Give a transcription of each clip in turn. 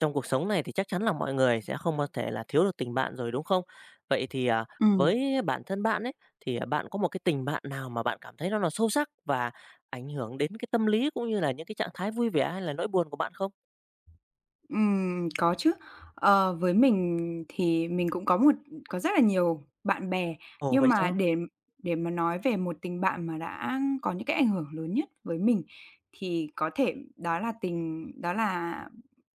Trong cuộc sống này thì chắc chắn là mọi người sẽ không có thể là thiếu được tình bạn rồi, đúng không? Vậy thì, Ừm, với bản thân bạn ấy, thì, bạn có một cái tình bạn nào mà bạn cảm thấy nó là sâu sắc và ảnh hưởng đến cái tâm lý cũng như là những cái trạng thái vui vẻ hay là nỗi buồn của bạn không? Có chứ. Với mình thì mình cũng có rất là nhiều bạn bè, Ồ, nhưng vậy mà sao? để mà nói về một tình bạn mà đã có những cái ảnh hưởng lớn nhất với mình thì có thể đó là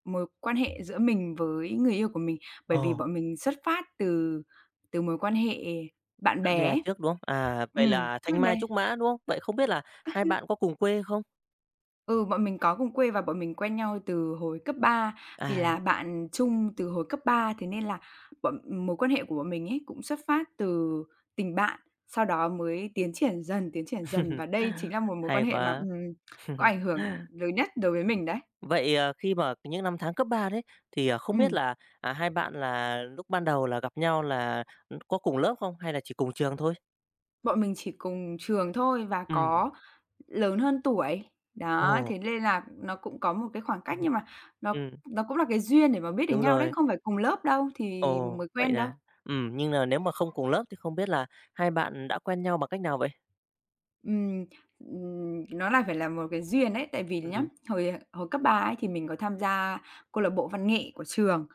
mối quan hệ giữa mình với người yêu của mình. Bởi Ồ, vì bọn mình xuất phát từ từ mối quan hệ bạn bạn bè bè ấy. trước, đúng không? À, vậy Ừm, là Trước thanh đây. mai trúc mã, đúng không? Vậy không biết là hai bạn có cùng quê không? Ừ, bọn mình có cùng quê và bọn mình quen nhau từ hồi cấp ba, vì là À, bạn chung từ hồi cấp ba, thế nên là bọn mối quan hệ của bọn mình ấy cũng xuất phát từ tình bạn, sau đó mới tiến triển dần, tiến triển dần, và đây chính là một mối quan hay hệ mà, quá. Có ảnh hưởng lớn nhất đối với mình đấy. Vậy, khi mà những năm tháng cấp 3 đấy, thì, không biết Ừm, là, hai bạn là lúc ban đầu là gặp nhau là, có cùng lớp không hay là chỉ cùng trường thôi? Bọn mình chỉ cùng trường thôi, và Ừ. có lớn hơn tuổi, đó, Ồ. thế nên là nó cũng có một cái khoảng cách, nhưng mà nó Ừm, nó cũng là cái duyên để mà biết đến đúng nhau đấy, rồi. không phải cùng lớp đâu thì Ồ, mới vậy quen đâu. là nhưng là nếu mà không cùng lớp thì không biết là hai bạn đã quen nhau bằng cách nào vậy? Ừm, nó là phải là một cái duyên đấy, tại vì nhá, Ừm, hồi hồi cấp 3 ấy thì mình có tham gia câu lạc bộ văn nghệ của trường.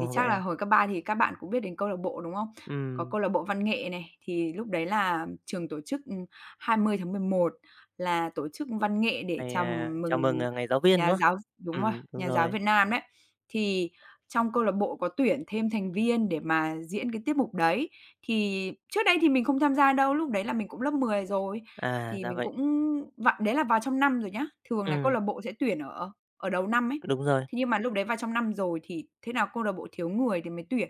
Thì chắc vậy là à? hồi cấp 3 thì các bạn cũng biết đến câu lạc bộ, đúng không? Có Ừm, câu lạc bộ văn nghệ này, thì lúc đấy là trường tổ chức, 20 tháng 11 là tổ chức văn nghệ để chào chào mừng, mừng Ngày Giáo viên, nhà đúng không? giáo, đúng rồi, Đúng Nhà giáo rồi. Việt Nam đấy. Thì trong câu lạc bộ có tuyển thêm thành viên để mà diễn cái tiết mục đấy. Thì trước đây thì mình không tham gia đâu, lúc đấy là mình cũng lớp 10 rồi. À, Thì ra mình vậy. cũng vặn đấy là vào trong năm rồi nhá, thường là câu Ừ, lạc bộ sẽ tuyển ở ở đầu năm ấy. đúng rồi. Thế nhưng mà lúc đấy vào trong năm rồi thì thế nào câu lạc bộ thiếu người thì mới tuyển.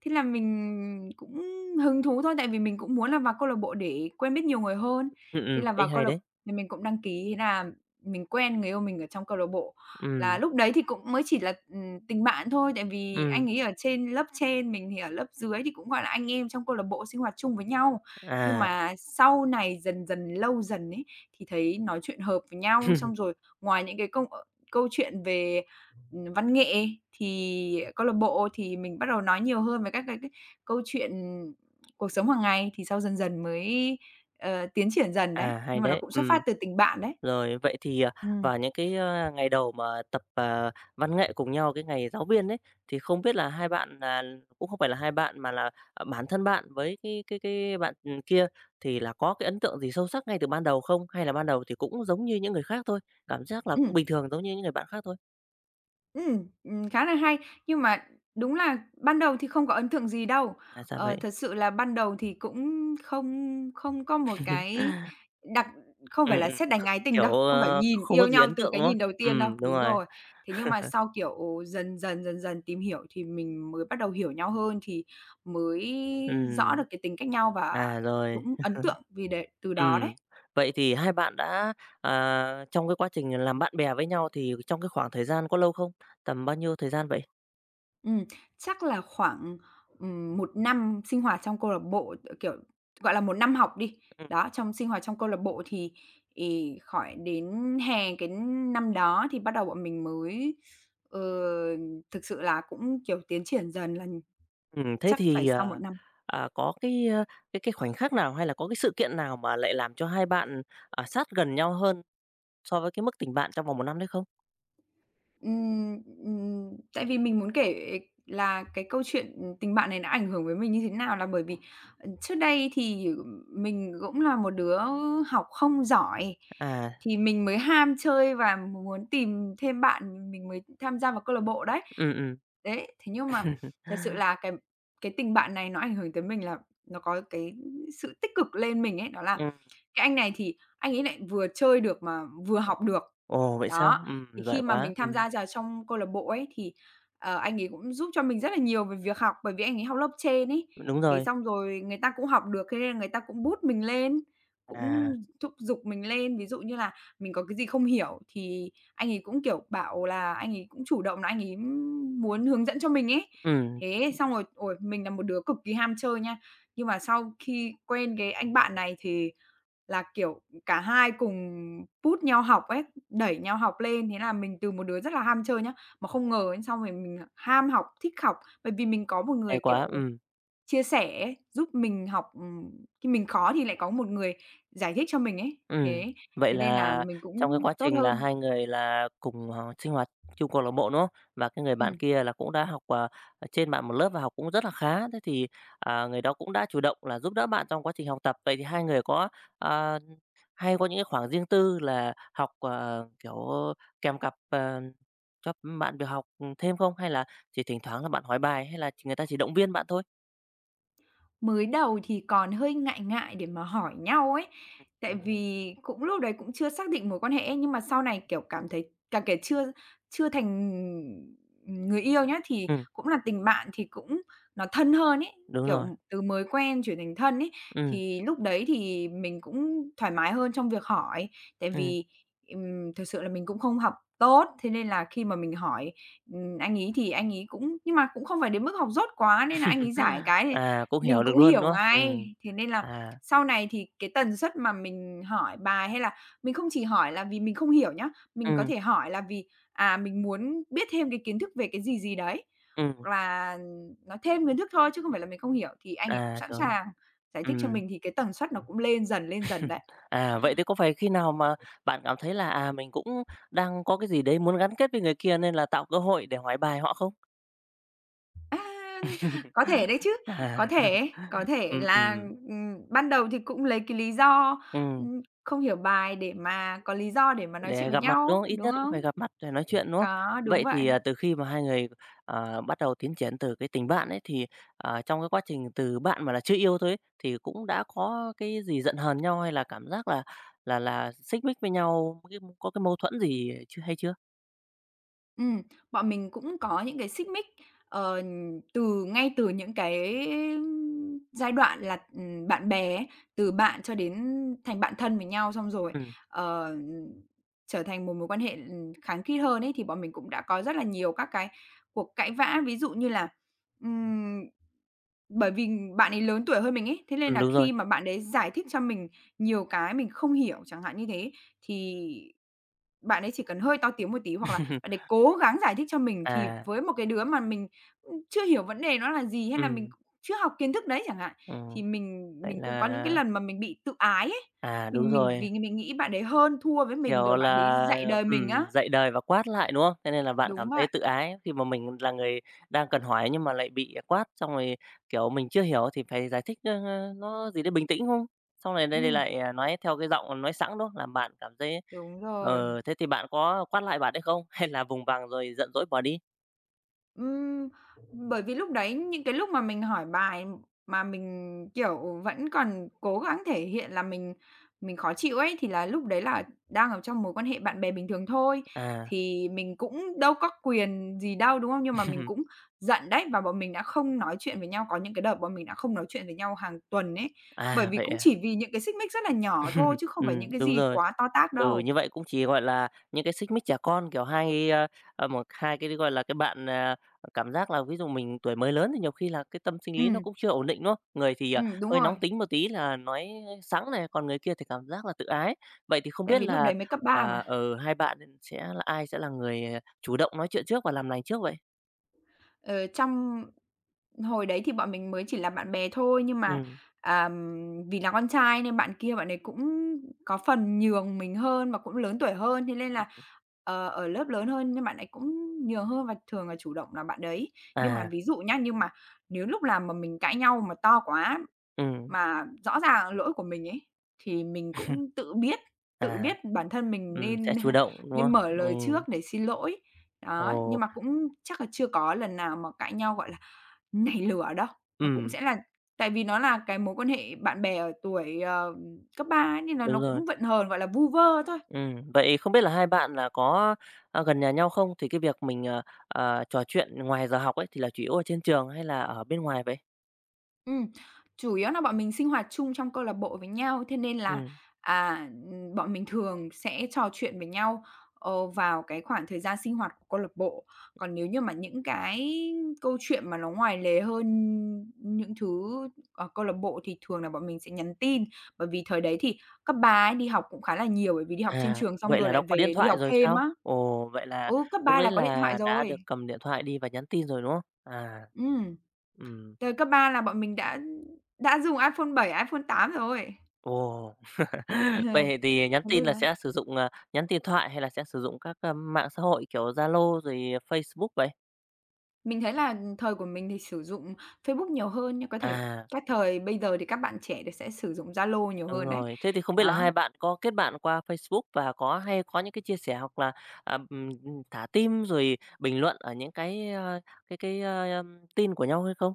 Thế là mình cũng hứng thú thôi, tại vì mình cũng muốn là vào câu lạc bộ để quen biết nhiều người hơn. Ừ. Thế Ừm, là cách vào câu hay lạc đấy. thì mình cũng đăng ký, thế là mình quen người yêu mình ở trong câu lạc bộ. Là Ừ. lúc đấy thì cũng mới chỉ là, tình bạn thôi, tại vì Ừ. anh ấy ở trên lớp trên, mình thì ở lớp dưới, thì cũng, gọi là, anh em trong câu lạc bộ sinh hoạt chung với nhau. Nhưng À. mà sau này dần dần, lâu dần ấy, thì thấy nói chuyện hợp với nhau, xong rồi ngoài những câu chuyện về, văn nghệ thì câu lạc bộ thì mình bắt đầu nói nhiều hơn về các cái câu chuyện cuộc sống hàng ngày, thì sau dần dần mới, tiến triển dần đấy, À, hay nhưng mà nó đấy, cũng ừ. xuất phát từ tình bạn đấy. Rồi, vậy thì, Ừm, vào những cái, ngày đầu mà tập, văn nghệ cùng nhau, cái ngày giáo viên ấy, thì không biết là hai bạn là cũng không phải là hai bạn mà là, bản thân bạn với cái bạn, kia thì là có cái ấn tượng gì sâu sắc ngay từ ban đầu không? Hay là ban đầu thì cũng giống như những người khác thôi, cảm giác là cũng ừm. bình thường giống như những người bạn khác thôi? Khá là hay. Nhưng mà đúng là ban đầu thì không có ấn tượng gì đâu. À, sao Ờ, vậy. thật sự là ban đầu thì cũng không không có một cái đặc không Ừm, phải là ừm, sét đánh kh ái tình đâu, kiểu, không phải nhìn không có yêu gì nhau ấn từ tượng, cái đúng không? nhìn đầu tiên đâu, Đúng đúng rồi. rồi. Thế nhưng mà sau, kiểu, dần dần, dần dần tìm hiểu thì mình mới bắt đầu hiểu nhau hơn, thì mới rõ được Ừm, cái tính cách nhau, và rồi. cũng ấn tượng vì để từ đó đấy. Ừm, vậy thì hai bạn đã, trong cái quá trình làm bạn bè với nhau thì trong cái khoảng thời gian có lâu không? Tầm bao nhiêu thời gian vậy? Ừm, Chắc là khoảng, 1 năm sinh hoạt trong câu lạc bộ, kiểu, gọi là, 1 năm học đi. Ừ Đó, trong sinh hoạt trong câu lạc bộ thì, khỏi đến hè cái năm đó thì bắt đầu bọn mình mới, ờ, thực sự là cũng, kiểu, tiến triển dần, là ừm, Thế chắc phải thì, sau một năm. Có cái, cái khoảnh khắc nào hay là có cái sự kiện nào mà lại làm cho hai bạn, sát gần nhau hơn so với cái mức tình bạn trong vòng một năm đấy không? Tại vì mình muốn kể là cái câu chuyện, tình bạn này đã ảnh hưởng với mình như thế nào, là bởi vì, trước đây thì mình cũng là một đứa học không giỏi, À, thì mình mới ham chơi và muốn tìm thêm bạn, mình mới tham gia vào câu lạc bộ đấy. ừ. Ừ. Đấy, thế nhưng mà thật sự là cái tình bạn này nó ảnh hưởng tới mình là nó có cái sự tích cực lên mình ấy, đó là Ừm, cái anh này thì anh ấy lại vừa chơi được mà vừa học được. ồ, vậy sao? Đó, thì khi Giỏi mà quá, mình tham gia vào trong câu lạc bộ ấy thì, anh ấy cũng giúp cho mình rất là nhiều về việc học, bởi vì anh ấy học lớp trên ấy. đúng Thế rồi, xong rồi người ta cũng học được, thế nên là người ta cũng boost mình lên, cũng à, thúc giục mình lên. Ví dụ như là mình có cái gì không hiểu thì anh ấy cũng, kiểu, bảo là anh ấy cũng chủ động là anh ấy muốn hướng dẫn cho mình ấy. ừm, Thế xong rồi, ôi, mình là một đứa cực kỳ ham chơi nha, nhưng mà sau khi quen cái anh bạn này thì là, kiểu, cả hai cùng put nhau học ấy, đẩy nhau học lên, thế là mình từ một đứa rất là ham chơi nhá, mà không ngờ ấy, xong rồi mình ham học, thích học, bởi vì mình có một người, hay quá, kiểu, chia sẻ ấy, giúp mình học, khi mình khó thì lại có một người giải thích cho mình ấy, Ừm, thế vậy thế nên là là mình trong cái cũng quá tốt trình là hơn. hai người là cùng, sinh hoạt chung câu lạc bộ, đúng không? Và cái người bạn Ừm. kia là cũng đã học, ở trên bạn một lớp và học cũng rất là khá, thế thì, người đó cũng đã chủ động là giúp đỡ bạn trong quá trình học tập. Vậy thì hai người có, ờ, hay có những cái khoảng riêng tư là học, kiểu, kèm cặp, cho bạn việc học, thêm không? Hay là chỉ thỉnh thoảng là bạn hỏi bài hay là chỉ người ta chỉ động viên bạn thôi? Mới đầu thì còn hơi ngại ngại để mà hỏi nhau ấy, tại vì cũng lúc đấy cũng chưa xác định mối quan hệ ấy, nhưng mà sau này, kiểu, cảm thấy cả kể chưa chưa thành, người yêu nhá, thì Ừm, cũng là tình bạn thì cũng nó thân hơn ấy, đúng rồi, kiểu, từ mới quen chuyển thành thân ấy, ừm, thì lúc đấy thì mình cũng thoải mái hơn trong việc hỏi. Tại ừm. vì, thực sự là mình cũng không học tốt, thế nên là khi mà mình hỏi, anh ấy thì anh ấy cũng, nhưng mà cũng không phải đến mức học dốt quá nên là anh ấy giải cái thì À, cũng hiểu mình được cũng luôn, hiểu đúng không? ngay, Ừm. thế nên là À, sau này thì cái tần suất mà mình hỏi bài, hay là mình không chỉ hỏi là vì mình không hiểu nhá, mình có ừm, thể hỏi là vì, à, mình muốn biết thêm cái kiến thức về cái gì gì đấy, ừm, hoặc là nói thêm kiến thức thôi chứ không phải là mình không hiểu, thì anh ấy cũng sẵn rồi, sàng giải thích cho ừm. mình, thì cái tần suất nó cũng lên dần đấy. À, vậy thì có phải khi nào mà bạn cảm thấy là, mình cũng đang có cái gì đấy muốn gắn kết với người kia nên là tạo cơ hội để hỏi bài họ không? A, có thể đấy chứ, À. có thể, có thể Ừm, là, ừm, ban đầu thì cũng lấy cái lý do, ừm. Không hiểu bài để mà có lý do để mà nói chuyện Để với gặp mặt, đúng nhau, không? Ít đúng nhất cũng không? phải gặp mặt để nói chuyện, đúng không? Có, đúng Vậy vậy. thì, từ khi mà hai người, bắt đầu tiến triển từ cái tình bạn ấy, thì, trong cái quá trình từ bạn mà là chưa yêu thôi ấy, thì cũng đã có cái gì giận hờn nhau hay là cảm giác là xích mích với nhau, cái có cái mâu thuẫn gì chưa hay chưa? Ừm, Bọn mình cũng có những cái xích mích, ờ, từ ngay từ những cái giai đoạn là, bạn bè ấy, từ bạn cho đến thành bạn thân với nhau, xong rồi, Ừm, ờ, trở thành một mối quan hệ, khăng khít hơn ấy, thì bọn mình cũng đã có rất là nhiều các cái cuộc cãi vã. Ví dụ như là, ừm, bởi vì bạn ấy lớn tuổi hơn mình ấy, thế nên là đúng rồi. khi mà bạn ấy giải thích cho mình nhiều cái mình không hiểu chẳng hạn như thế, thì bạn ấy chỉ cần hơi to tiếng một tí, hoặc là bạn ấy cố gắng giải thích cho mình thì À, với một cái đứa mà mình, chưa hiểu vấn đề nó là gì, hay là mình ừm, cũng chưa học kiến thức đấy chẳng hạn, ừm, thì mình vậy mình cũng có là những cái lần mà mình bị tự ái ấy. à, đúng Mình rồi. vì mình nghĩ bạn ấy hơn thua với mình, Kiểu rồi bạn ấy là, dạy đời mình á. Dạy đời và quát lại, đúng không? Thế nên là bạn Đúng cảm thấy vậy. tự ái khi mà mình là người đang cần hỏi nhưng mà lại bị quát, xong rồi, kiểu, mình chưa hiểu thì phải giải thích, nó gì đấy bình tĩnh, không? Xong rồi đây đây Ừm, lại, nói theo cái giọng nói sẵn, đúng không? Làm bạn cảm thấy. Đúng rồi. Thế thì bạn có quát lại bạn đấy không? Hay là vùng vằng rồi giận dỗi bỏ đi? Ừm, Bởi vì lúc đấy những cái lúc mà mình hỏi bài mà mình, kiểu, vẫn còn cố gắng thể hiện là mình khó chịu ấy, thì là lúc đấy là đang ở trong mối quan hệ bạn bè bình thường thôi, À. thì mình cũng đâu có quyền gì đâu, đúng không? Nhưng mà mình cũng giận đấy, và bọn mình đã không nói chuyện với nhau, có những cái đợt bọn mình đã không nói chuyện với nhau hàng tuần ấy, bởi À, vì vậy cũng à? chỉ vì những cái xích mích rất là nhỏ thôi chứ không phải những cái đúng gì rồi. quá to tát Ừ, đâu. như vậy cũng chỉ, gọi là, những cái xích mích trẻ con, kiểu, một hai cái, gọi là, cái bạn, cảm giác là ví dụ mình tuổi mới lớn thì nhiều khi là cái tâm sinh lý nó Ừm, cũng chưa ổn định, đúng không? Người thì, Đúng hơi rồi, nóng tính một tí là nói sẵn này, còn người kia thì cảm giác là tự ái. Vậy thì không tại biết vì lúc là, đấy mới cấp 3 mà. Hai bạn sẽ là ai sẽ là người, chủ động nói chuyện trước và làm lành trước vậy? Ờ, trong hồi đấy thì bọn mình mới chỉ là bạn bè thôi, nhưng mà, Ừm. ờm, vì là con trai nên bạn kia bạn ấy cũng có phần nhường mình hơn và cũng lớn tuổi hơn, thế nên là, ở lớp lớn hơn nên bạn ấy cũng nhường hơn và thường là chủ động là bạn đấy. Nhưng mà À, ví dụ nhá, nhưng mà nếu lúc nào mà mình cãi nhau mà to quá, ừm, mà rõ ràng là lỗi của mình ấy, thì mình cũng tự à, biết bản thân mình sẽ nên chủ động, đúng không? nên mở lời Ừ. trước để xin lỗi. Đó, Ồ. nhưng mà cũng chắc là chưa có lần nào mà cãi nhau, gọi là, nảy lửa đâu. Nó cũng Ừm, sẽ là tại vì nó là cái mối quan hệ bạn bè ở tuổi, cấp 3 ấy, nên là đúng nó rồi. cũng vận hờn, gọi là, vu vơ thôi. Vậy không biết là hai bạn là có, gần nhà nhau không? Thì cái việc mình, trò chuyện ngoài giờ học ấy thì là chủ yếu ở trên trường hay là ở bên ngoài vậy? Ừm, chủ yếu là bọn mình sinh hoạt chung trong câu lạc bộ với nhau, thế nên là, Ừm, bọn mình thường sẽ trò chuyện với nhau, vào cái khoảng thời gian sinh hoạt của câu lạc bộ. Còn nếu như mà những cái câu chuyện mà nó ngoài lề hơn những thứ ở câu lạc bộ thì thường là bọn mình sẽ nhắn tin, bởi vì thời đấy thì cấp 3 ấy, đi học cũng khá là nhiều, bởi vì đi học trên trường xong vậy rồi là lại đã có điện về đi thoại học rồi thêm sao? á. Ồ, vậy là Ừ, cấp lúc 3 đấy là có điện thoại là đã rồi. được cầm điện thoại đi và nhắn tin rồi, đúng không? À. Ừm, Ừm, thời cấp 3 là bọn mình đã dùng iPhone 7, iPhone 8 rồi. ồ. Ờ, Vậy thì nhắn thế tin nên là là sẽ sử dụng, nhắn tin thoại hay là sẽ sử dụng các, mạng xã hội kiểu Zalo rồi Facebook vậy? mình thấy là thời của mình thì sử dụng Facebook nhiều hơn, nhưng có thể À. các thời bây giờ thì các bạn trẻ thì sẽ sử dụng Zalo nhiều Đúng hơn đấy. rồi. Thế thì không biết là Đó, hai bạn có kết bạn qua Facebook và có hay có những cái chia sẻ hoặc là, thả tim rồi bình luận ở những cái, a, cái cái, a, ưm, tin của nhau hay không?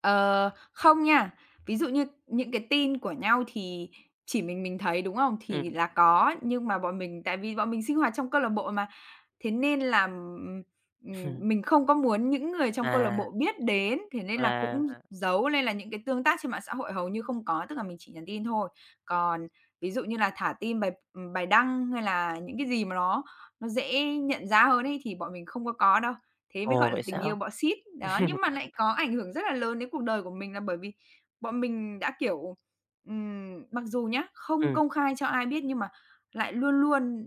ờ, không nha, ví dụ như những cái tin của nhau thì chỉ mình thấy, đúng không? Thì Ừm. là có, nhưng mà bọn mình tại vì bọn mình sinh hoạt trong câu lạc bộ mà, thế nên là, mình không có muốn những người trong câu lạc À, bộ biết đến, thế nên là cũng là giấu nên là những cái tương tác trên mạng xã hội hầu như không có, tức là mình chỉ nhắn tin thôi. Còn ví dụ như là thả tim bài, bài đăng hay là những cái gì mà nó dễ nhận ra hơn ấy thì bọn mình không có đâu, thế mới ồ, gọi là vậy tình yêu sao? bọ xít. Đó, nhưng mà lại có ảnh hưởng rất là lớn đến cuộc đời của mình là bởi vì bọn mình đã, kiểu, mặc dù nhá, không Ừm, công khai cho ai biết nhưng mà lại luôn luôn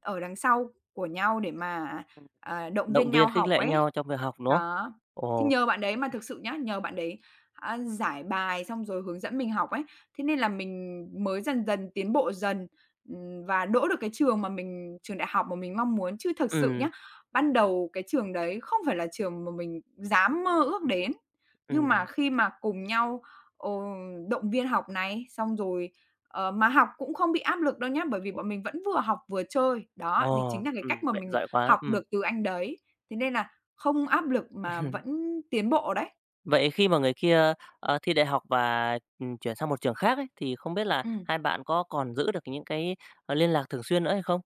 ở đằng sau của nhau để mà, động viên động nhau viên khích học lệ ấy. nhau trong việc học, đúng không? Đó, thì Ồ, nhờ bạn đấy mà thực sự nhá, nhờ bạn đấy, giải bài xong rồi hướng dẫn mình học ấy, thế nên là mình mới dần dần tiến bộ dần, và đỗ được cái trường mà trường đại học mà mình mong muốn. Chứ thực sự ừ, nhá, ban đầu cái trường đấy không phải là trường mà mình dám mơ ước đến, nhưng mà ừm, khi mà cùng nhau, ờ, động viên học này, xong rồi ờ, mà học cũng không bị áp lực đâu nhá, bởi vì bọn mình vẫn vừa học vừa chơi. Đó, ồ, thì chính là cái cách mà vậy mình giỏi quá, học ừm. được từ anh đấy, thế nên là không áp lực mà vẫn tiến bộ đấy. Vậy khi mà người kia, thi đại học và, chuyển sang một trường khác ấy, thì không biết là Ừ. hai bạn có còn giữ được những cái, liên lạc thường xuyên nữa hay không?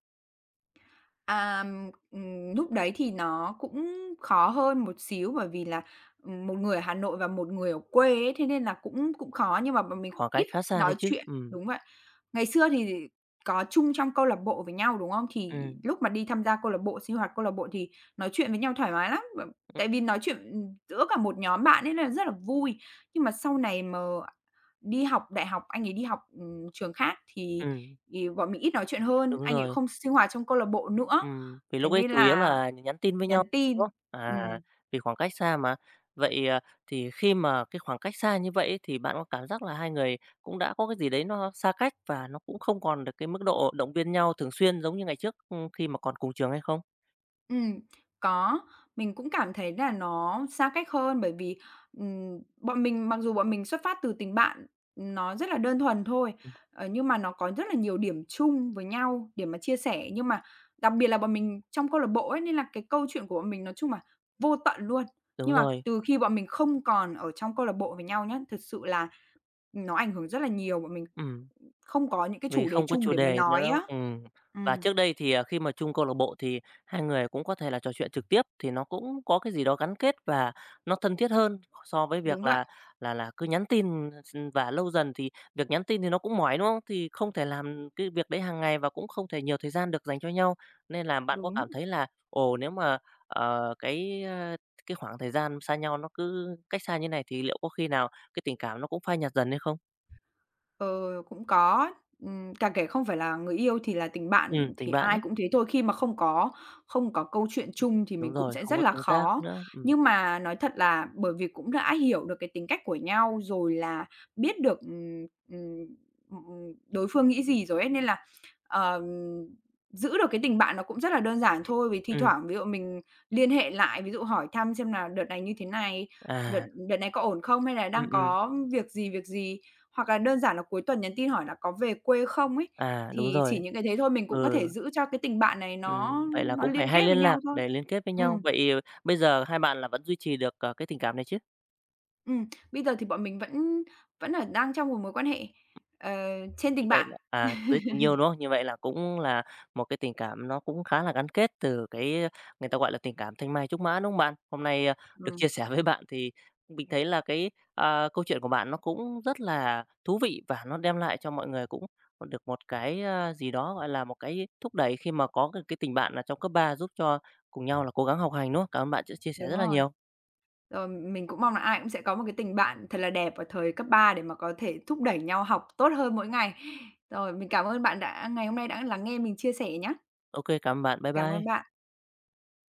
À, lúc đấy thì nó cũng khó hơn một xíu bởi vì là, một người ở Hà Nội và một người ở quê ấy, thế nên là cũng cũng khó nhưng mà bọn mình Khoảng ít cách khá xa nói đấy chứ, chuyện đúng vậy. Ngày xưa thì có chung trong câu lạc bộ với nhau, đúng không? Thì ừm, lúc mà đi tham gia câu lạc bộ, sinh hoạt câu lạc bộ thì nói chuyện với nhau thoải mái lắm, ừm, tại vì nói chuyện, giữa cả một nhóm bạn ấy là rất là vui. Nhưng mà sau này mà đi học đại học, anh ấy đi học, trường khác thì ừm, bọn mình ít nói chuyện hơn, đúng anh ấy rồi, không sinh hoạt trong câu lạc bộ nữa, vì thế lúc ấy nên chủ yếu là là nhắn tin với nhau, nhắn đúng tin. không? À, Ừm. vì khoảng cách xa mà. Vậy, thì khi mà cái khoảng cách xa như vậy ấy, thì bạn có cảm giác là hai người cũng đã có cái gì đấy nó xa cách và nó cũng không còn được cái mức độ động viên nhau thường xuyên giống như ngày trước, khi mà còn cùng trường hay không? Ừm, có, mình cũng cảm thấy là nó xa cách hơn bởi vì, bọn mình mặc dù bọn mình xuất phát từ tình bạn, nó rất là đơn thuần thôi, Ừm, nhưng mà nó có rất là nhiều điểm chung với nhau để mà chia sẻ. Nhưng mà đặc biệt là bọn mình trong câu lạc bộ ấy, nên là cái câu chuyện của bọn mình nói chung là vô tận luôn. Đúng Nhưng mà rồi, từ khi bọn mình không còn ở trong câu lạc bộ với nhau nhá, thực sự là nó ảnh hưởng rất là nhiều, bọn mình ừm. không có những cái Vì chủ đề không có chung chủ để mà đề nói nữa, á. ừm. Và Ừm, trước đây thì, à, khi mà chung câu lạc bộ thì hai người cũng có thể là trò chuyện trực tiếp, thì nó cũng có cái gì đó gắn kết và nó thân thiết hơn so với đúng việc vậy, là cứ nhắn tin, và lâu dần thì việc nhắn tin thì nó cũng mỏi, đúng không? Thì không thể làm cái việc đấy hàng ngày và cũng không thể nhiều thời gian được dành cho nhau. Nên là bạn có đúng. cảm thấy là, ồ, nếu mà, ờ, cái, ơ, cái khoảng thời gian xa nhau nó cứ cách xa như này thì liệu có khi nào cái tình cảm nó cũng phai nhạt dần hay không? Ờ, cũng có, càng kể không phải là người yêu thì là tình bạn Tình thì bạn ai ấy. cũng thế thôi, khi mà không có câu chuyện Ừm, chung thì đúng mình cũng rồi, sẽ không rất có là tương tác khó. nữa. Nhưng mà nói thật là bởi vì cũng đã hiểu được cái tính cách của nhau, rồi là biết được, ừm, đối phương nghĩ gì rồi ấy, nên là, ờ, giữ được cái tình bạn nó cũng rất là đơn giản thôi. Vì thi ừm, thoảng ví dụ mình liên hệ lại, ví dụ hỏi thăm xem là "Đợt này như thế này, đợt à, đợt này có ổn không?" hay là ừm, "Đang ừm, có việc gì, việc gì?" Hoặc là đơn giản là cuối tuần nhắn tin hỏi là có về quê không ấy, đúng thì chỉ rồi, những cái thế thôi mình cũng có thể ừ, giữ cho cái tình bạn này nó vậy là nó cũng phải liên hay kết với liên lạc nhau thôi. để liên kết với Ừm, nhau. Vậy, bây giờ hai bạn là vẫn duy trì được, cái tình cảm này chứ? Bây giờ thì bọn mình vẫn vẫn là đang trong một mối quan hệ, ờ, trên Như tình vậy bạn. là giới tình yêu, đúng không? Như vậy là cũng là một cái tình cảm nó cũng khá là gắn kết từ cái người ta gọi là tình cảm thanh mai trúc mã, đúng không bạn? Hôm nay, được chia Ừm, sẻ với bạn thì mình thấy là cái, câu chuyện của bạn nó cũng rất là thú vị và nó đem lại cho mọi người cũng được một cái, gì đó, gọi là, một cái thúc đẩy khi mà có được cái tình bạn là trong cấp 3 giúp cho cùng nhau là cố gắng học hành, đúng không? Cảm ơn bạn đã chia sẻ đúng rất là rồi. nhiều. Rồi mình cũng mong là ai cũng sẽ có một cái tình bạn thật là đẹp vào thời cấp 3 để mà có thể thúc đẩy nhau học tốt hơn mỗi ngày. Rồi, mình cảm ơn bạn đã ngày hôm nay đã lắng nghe mình chia sẻ nhá. OK, cảm ơn bạn. Bye Cảm ơn bye. bạn.